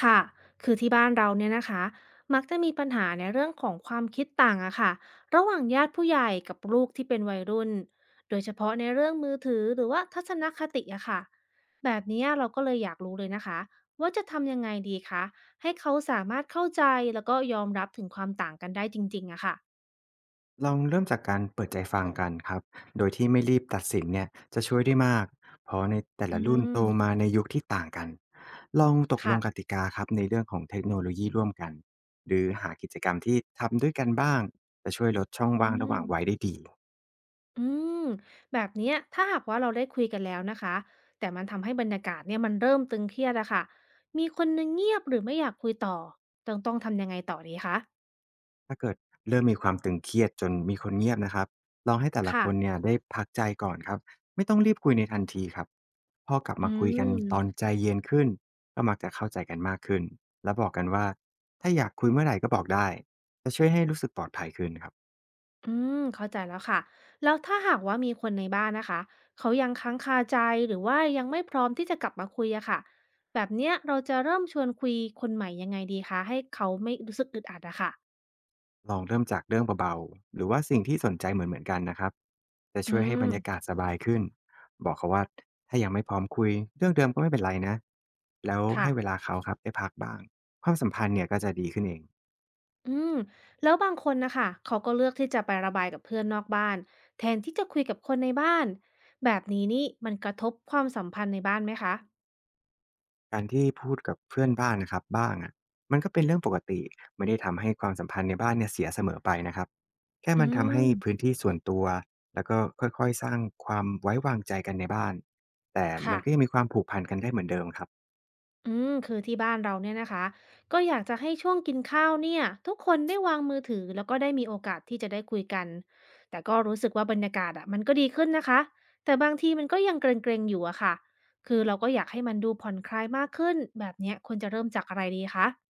ค่ะ คือที่บ้านเราเนี่ยนะคะมักจะมีปัญหาในเรื่องของความคิดต่างอะค่ะระหว่างญาติผู้ใหญ่กับลูกที่เป็นวัยรุ่น โดยเฉพาะในเรื่องมือถือหรือว่าทัศนคติอะค่ะแบบเนี้ยเราก็เลยอยากรู้เลยนะคะว่าจะทำยังไงดีคะให้เขาสามารถเข้าใจแล้วก็ยอมรับถึงความต่างกันได้จริงๆอะค่ะลองเริ่มจากการเปิดใจฟังกันครับโดยที่ไม่รีบตัดสินเนี่ยจะช่วยได้มาก เพราะในแต่อืละรุ่นมโตมาในยุคที่ต่างกัน ลองตกลงกค่ะติกาครับในเรื่องของเทคโนโลยีร่วมกัน หรือหากิจกรรมที่ทำด้วยกันบ้างจะช่วยลดช่องอืว่างระหม ว่างวัยได้ดี อืมแบบเนี้ยถ้าหากว่าเราได้คุยกันแล้วนะคะแต่มันทำให้บรรยากาศเนี่ยมันเริ่มตึงเครียดอะค่ะมีคนนึงเงียบหรือไม่อยากคุยต่อต้องทำยังไงต่อดีคะถ้าเกิดเริ่มมีความตึงเครียดจนมีคนเงียบนะครับลองให้แต่ละคค่ะนเนี่ยได้พักใจก่อนครับไม่ต้องรีบคุยในทันทีครับพอกลับอืมาคุยกันตอนมใจเย็นขึ้นก็มักจะเข้าใจกันมากขึ้นและบอกกันว่าถ้าอยากคุยเมื่อไหร่ก็บอกได้จะช่วยให้รู้สึกปลอดภัยขึ้นครับอืมเข้าใจแล้วค่ะแล้วถ้าหากว่ามีคนในบ้านนะคะเขายังค้างคาใจหรือว่ายังไม่พร้อมที่จะกลับมาคุยอะค่ะแบบเนี้ยเราจะเริ่มชวนคุยคนใหม่ยังไงดีคะให้เขาไม่รู้สึกอึดอัดอะค่ะลองเริ่มจากเรื่องเบาๆหรือว่าสิ่งที่สนใจเหมือนๆกันนะครับจะอืช่วยให้มบรรยากาศสบายขึ้นบอกเขาว่าถ้ายังไม่พร้อมคุยเรื่องเดิมก็ไม่เป็นไรนะแล้วค่ะ ให้เวลาเขาครับได้พักบ้างความสัมพันธ์เนี่ยก็จะดีขึ้นเอง อืมแล้วบางคนนะคะเขาก็เลือกที่จะไประบายกับเพื่อนนอกบ้านแทนที่จะคุยกับคนในบ้านแบบนี้นี่มันกระทบความสัมพันธ์ในบ้านไหมคะการที่พูดกับเพื่อนบ้านนะครับบ้างอะมันก็เป็นเรื่องปกติไม่ได้ทำให้ความสัมพันธ์ในบ้านเนี่ยเสียเสมอไปนะครับแค่อืมันทำให้พื้นมที่ส่วนตัวแล้วก็ค่อยๆสร้างความไว้วางใจกันในบ้านแต่มันค่ะก็ยังมีความผูกพันกันได้เหมือนเดิมครับอืมคือที่บ้านเราเนี่ยนะคะก็อยากจะให้ช่วงกินข้าวเนี่ยทุกคนได้วางมือถือแล้วก็ได้มีโอกาสที่จะได้คุยกันแต่ก็รู้สึกว่าบรรยากาศอะมันก็ดีขึ้นนะคะแต่บางทีมันก็ยังเกรงๆอยู่อะค่ะคือเราก็อยากให้มันดูผ่อนคลายมากขึ้นแบบเนี้ยควรจะเริ่มจากอะไรดีคะ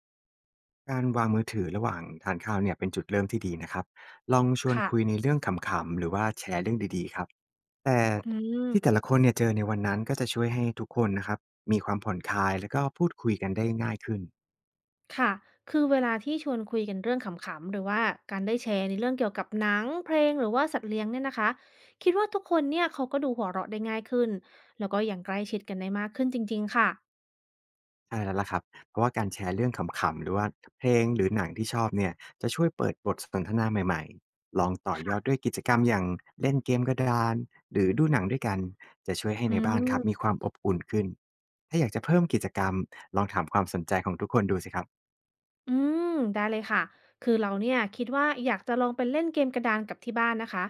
การวางมือถือระหว่างทานข้าวเนี่ยเป็นจุดเริ่มที่ดีนะครับลองชวนค่ะคุยในเรื่องขำๆหรือว่าแชร์เรื่องดีๆครับแต่อืที่แต่ม ละคนเนี่ยเจอในวันนั้นก็จะช่วยให้ทุกคนนะครับมีความผ่อนคลายแล้วก็พูดคุยกันได้ง่ายขึ้น ค่ะ คือเวลาที่ชวนคุยกันเรื่องขำๆ หรือว่าการได้แชร์ในเรื่องเกี่ยวกับหนังเพลงหรือว่าสัตว์เลี้ยงเนี่ยนะคะคิดว่าทุกคนเนี่ยเขาก็ดูหัวเราะได้ง่ายขึ้น แล้วก็อยางใกล้ชิดกันได้มากขึ้นจริงๆค่ะใช่แล้วล่ะครับเพราะว่าการแชร์เรื่องขำๆหรือว่าเพลงหรือหนังที่ชอบเนี่ยจะช่วยเปิดบทสนทนาใหม่ๆลองต่อยอดค่ะด้วยกิจกรรมอย่างเล่นเกมกระดานหรือดูหนังด้วยกันจะช่วยให้อืในบ้านครับมีมความอบอุ่นขึ้นถ้าอยากจะเพิ่มกิจกรรมนะครับอืม ได้เลยค่ะ คือเราเนี่ยคิดว่าอยากจะลองไปเล่นเกมกระดานกับที่บ้านนะคะ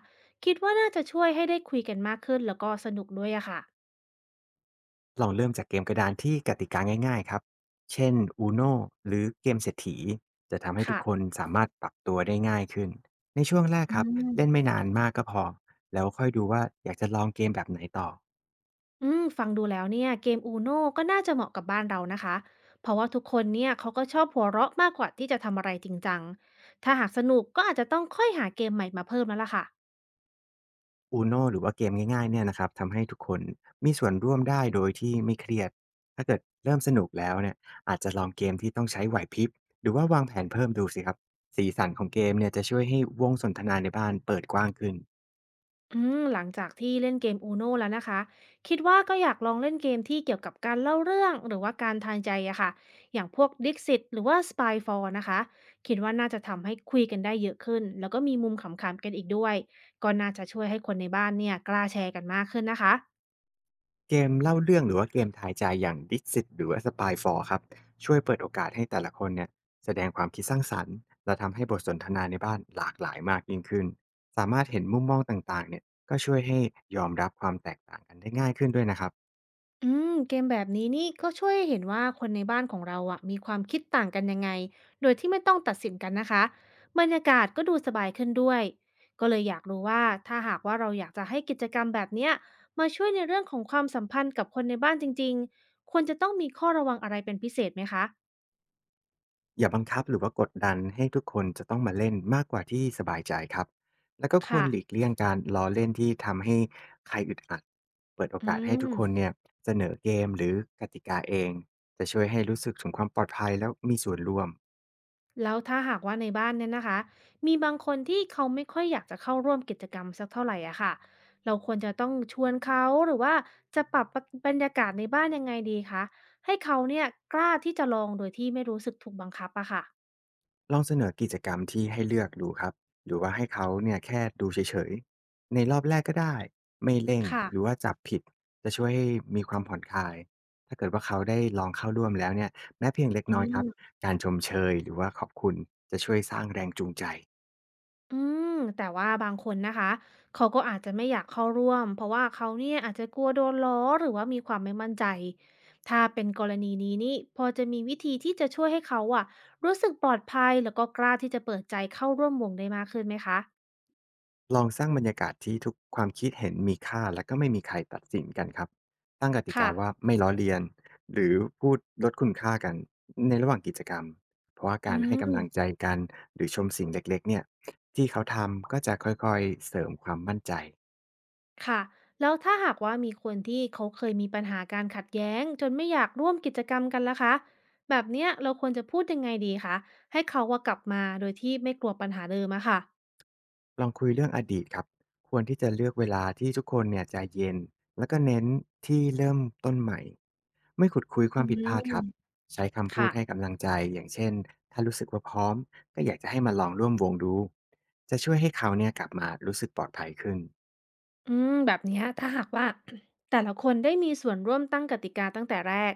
คิดว่าน่าจะช่วยให้ได้คุยกันมากขึ้นแล้วก็สนุกด้วยอะค่ะลองเริ่มจากเกมกระดานที่กติกาง่ายๆครับเช่น UNO หรือเกมเศรษฐีจะทำให้ทุกค่ะคนสามารถปรับตัวได้ง่ายขึ้นในช่วงแรกอืครับเล่นม ไม่นานมากก็พอแล้วค่อยดูว่าอยากจะลองเกมแบบไหนต่อ อืมฟังดูแล้วเนี่ยเกมอูโน่ก็น่าจะเหมาะกับบ้านเรานะคะเพราะว่าทุกคนเนี่ยเขาก็ชอบหัวเราะมากกว่าที่จะทำอะไรจริงจังถ้าหากสนุกก็อาจจะต้องค่อยหาเกมใหม่มาเพิ่มแล้วล่ะค่ะ UNO หรือว่าเกมง่ายๆเนี่ยนะครับทำให้ทุกคนมีส่วนร่วมได้โดยที่ไม่เครียดถ้าเกิดเริ่มสนุกแล้วเนี่ยอาจจะลองเกมที่ต้องใช้ไหวพริบหรือว่าวางแผนเพิ่มดูสิครับสีสันของเกมเนี่ยจะช่วยให้วงสนทนาในบ้านเปิดกว้างขึ้นอืมหลังจากที่เล่นเกมอูโน่แล้วนะคะคิดว่าก็อยากลองเล่นเกมที่เกี่ยวกับการเล่าเรื่องหรือว่าการทางใจอะค่ะอย่างพวกดิ i x ิตหรือว่า s p y ฟ a l l นะคะคิดว่าน่าจะทำให้คุยกันได้เยอะขึ้นแล้วก็มีมุมขำๆกันอีกด้วยก็น่าจะช่วยให้คนในบ้านเนี่ยกล้าแชร์กันมากขึ้นนะคะ เกมเล่าเรื่องหรือว่าเกมทายใจอย่าง Dixit หรือว่า s p y f ครับช่วยเปิดโอกาสให้แต่ละคนเนี่ยแสดงความคิดสร้างสรรค์และทำให้บทสนทนาในบ้านหลากหลายมากยิ่งขึ้นสามารถเห็นมุมมองต่างๆเนี่ยก็ช่วยให้ยอมรับความแตกต่างกันได้ง่ายขึ้นด้วยนะครับ อืมเกมแบบนี้นี่ก็ช่วยให้เห็นว่าคนในบ้านของเราอะมีความคิดต่างกันยังไงโดยที่ไม่ต้องตัดสินกันนะคะบรรยากาศก็ดูสบายขึ้นด้วยก็เลยอยากรู้ว่าถ้าหากว่าเราอยากจะให้กิจกรรมแบบเนี้ยมาช่วยในเรื่องของความสัมพันธ์กับคนในบ้านจริงๆควรจะต้องมีข้อระวังอะไรเป็นพิเศษไหมคะอย่าบังคับหรือว่ากดดันให้ทุกคนจะต้องมาเล่นมากกว่าที่สบายใจครับ แล้วก็ควรค่ะหลีกเลี่ยงการล้อเล่นที่ทำให้ใครอึดอัด เปิดโออืกาสให้ทุกคนม เนี่ยเสนอเกมหรือกติกาเองจะช่วยให้รู้สึกถึงความปลอดภัยแล้วมีส่วนร่วม แล้วถ้าหากว่าในบ้านเนี่ยนะคะมีบางคนที่เขาไม่ค่อยอยากจะเข้าร่วมกิจกรรมสักเท่าไหร่อะค่ะเราควรจะต้องชวนเขาหรือว่าจะปรับบรรยากาศในบ้านยังไงดีคะให้เขาเนี่ยกล้าที่จะลองโดยที่ไม่รู้สึกถูกบังคับอะค่ะลองเสนอกิจกรรมที่ให้เลือกดูครับ หรือว่าให้เขาเนี่ยแค่ดูเฉยๆ ในรอบแรกก็ได้ ไม่เร่งหรือค่ะว่าจับผิดจะช่วยให้มีความผ่อนคลาย ถ้าเกิดว่าเขาได้ลองเข้าร่วมแล้วเนี่ยแม้เพียงเล็กอืน้อยครับ ม การชมเชยหรือว่าขอบคุณจะช่วยสร้างแรงจูงใจ อืมแต่ว่าบางคนนะคะเขาก็อาจจะไม่อยากเข้าร่วมเพราะว่าเขาเนี่ยอาจจะกลัวโดนล้อหรือว่ามีความไม่มั่นใจถ้าเป็นกรณีนี้นี่พอจะมีวิธีที่จะช่วยให้เขาอะรู้สึกปลอดภัยแล้วก็กล้าที่จะเปิดใจเข้าร่วมวงได้มากขึ้นไหมคะลองสร้างบรรยากาศที่ทุกความคิดเห็นมีค่าและก็ไม่มีใครตัดสินกันครับตั้งกติกาค่ะว่าไม่ล้อเลียนหรือพูดลดคุณค่ากันในระหว่างกิจกรรม เพราะว่าอืการให้มกำลังใจกันหรือชมสิ่งเล็กๆเนี่ยที่เขาทำก็จะค่อยๆเสริมความมั่นใจ ค่ะแล้วถ้าหากว่ามีคนที่เขาเคยมีปัญหาการขัดแย้งจนไม่อยากร่วมกิจกรรมกันล่ะคะแบบเนี้ยเราควรจะพูดยังไงดีคะให้เขาว่ากลับมาโดยที่ไม่กลัวปัญหาเดิมอะค่ะลองคุยเรื่องอดีตครับ ควรที่จะเลือกเวลาที่ทุกคนเนี่ยใจเย็น แล้วก็เน้นที่เริ่มต้นใหม่ ไม่ขุดคุยควาอืมผิดพลาดม ครับ ใช้คำพูดค่ะให้กำลังใจ อย่างเช่น ถ้ารู้สึกว่าพร้อมก็อยากจะให้มาลองร่วมวงดู จะช่วยให้เขาเนี่ยกลับมารู้สึกปลอดภัยขึ้น อืมแบบเนี้ยถ้าหากว่า แต่ละคนได้มีส่วนร่วมตั้งกติกาตั้งแต่แรก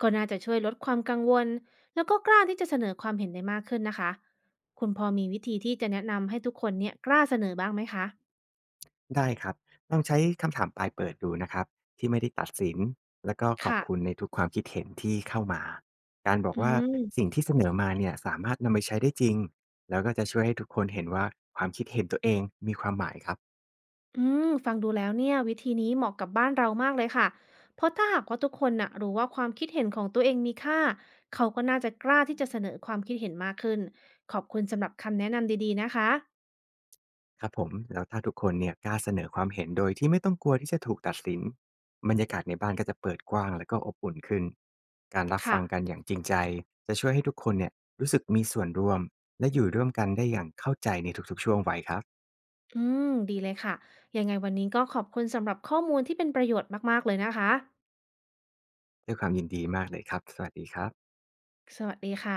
ก็น่าจะช่วยลดความกังวลแล้วก็กล้าที่จะเสนอความเห็นได้มากขึ้นนะคะคุณพอมีวิธีที่จะแนะนำให้ทุกคนเนี่ยกล้าเสนอบ้างไหมคะได้ครับลองใช้คำถามปลายเปิดดูนะครับที่ไม่ได้ตัดสินแล้วก็ขอบคุณค่ะในทุกความคิดเห็นที่เข้ามาการบอกอืว่ามสิ่งที่เสนอมาเนี่ยสามารถนำไปใช้ได้จริงแล้วก็จะช่วยให้ทุกคนเห็นว่าความคิดเห็นตัวเองมีความหมายครับอืมฟังดูแล้วเนี่ยวิธีนี้เหมาะกับบ้านเรามากเลยค่ะ เพราะถ้าหากว่าทุกคนน่ะรู้ว่าความคิดเห็นของตัวเองมีค่าเขาก็น่าจะกล้าที่จะเสนอความคิดเห็นมากขึ้นขอบคุณสำหรับคำแนะนำดีๆนะคะครับผมแล้วถ้าทุกคนเนี่ยกล้าเสนอความเห็นโดยที่ไม่ต้องกลัวที่จะถูกตัดสินบรรยากาศในบ้านก็จะเปิดกว้างแล้วก็อบอุ่นขึ้นการรับค่ะ ฟังกันอย่างจริงใจจะช่วยให้ทุกคนเนี่ยรู้สึกมีส่วนร่วมและอยู่ร่วมกันได้อย่างเข้าใจในทุกๆช่วงวัยครับ อืมดีเลยค่ะยังไงวันนี้ก็ขอบคุณสำหรับข้อมูลที่เป็นประโยชน์มากๆเลยนะคะ ด้วยความยินดีมากเลยครับ สวัสดีครับสวัสดีค่ะ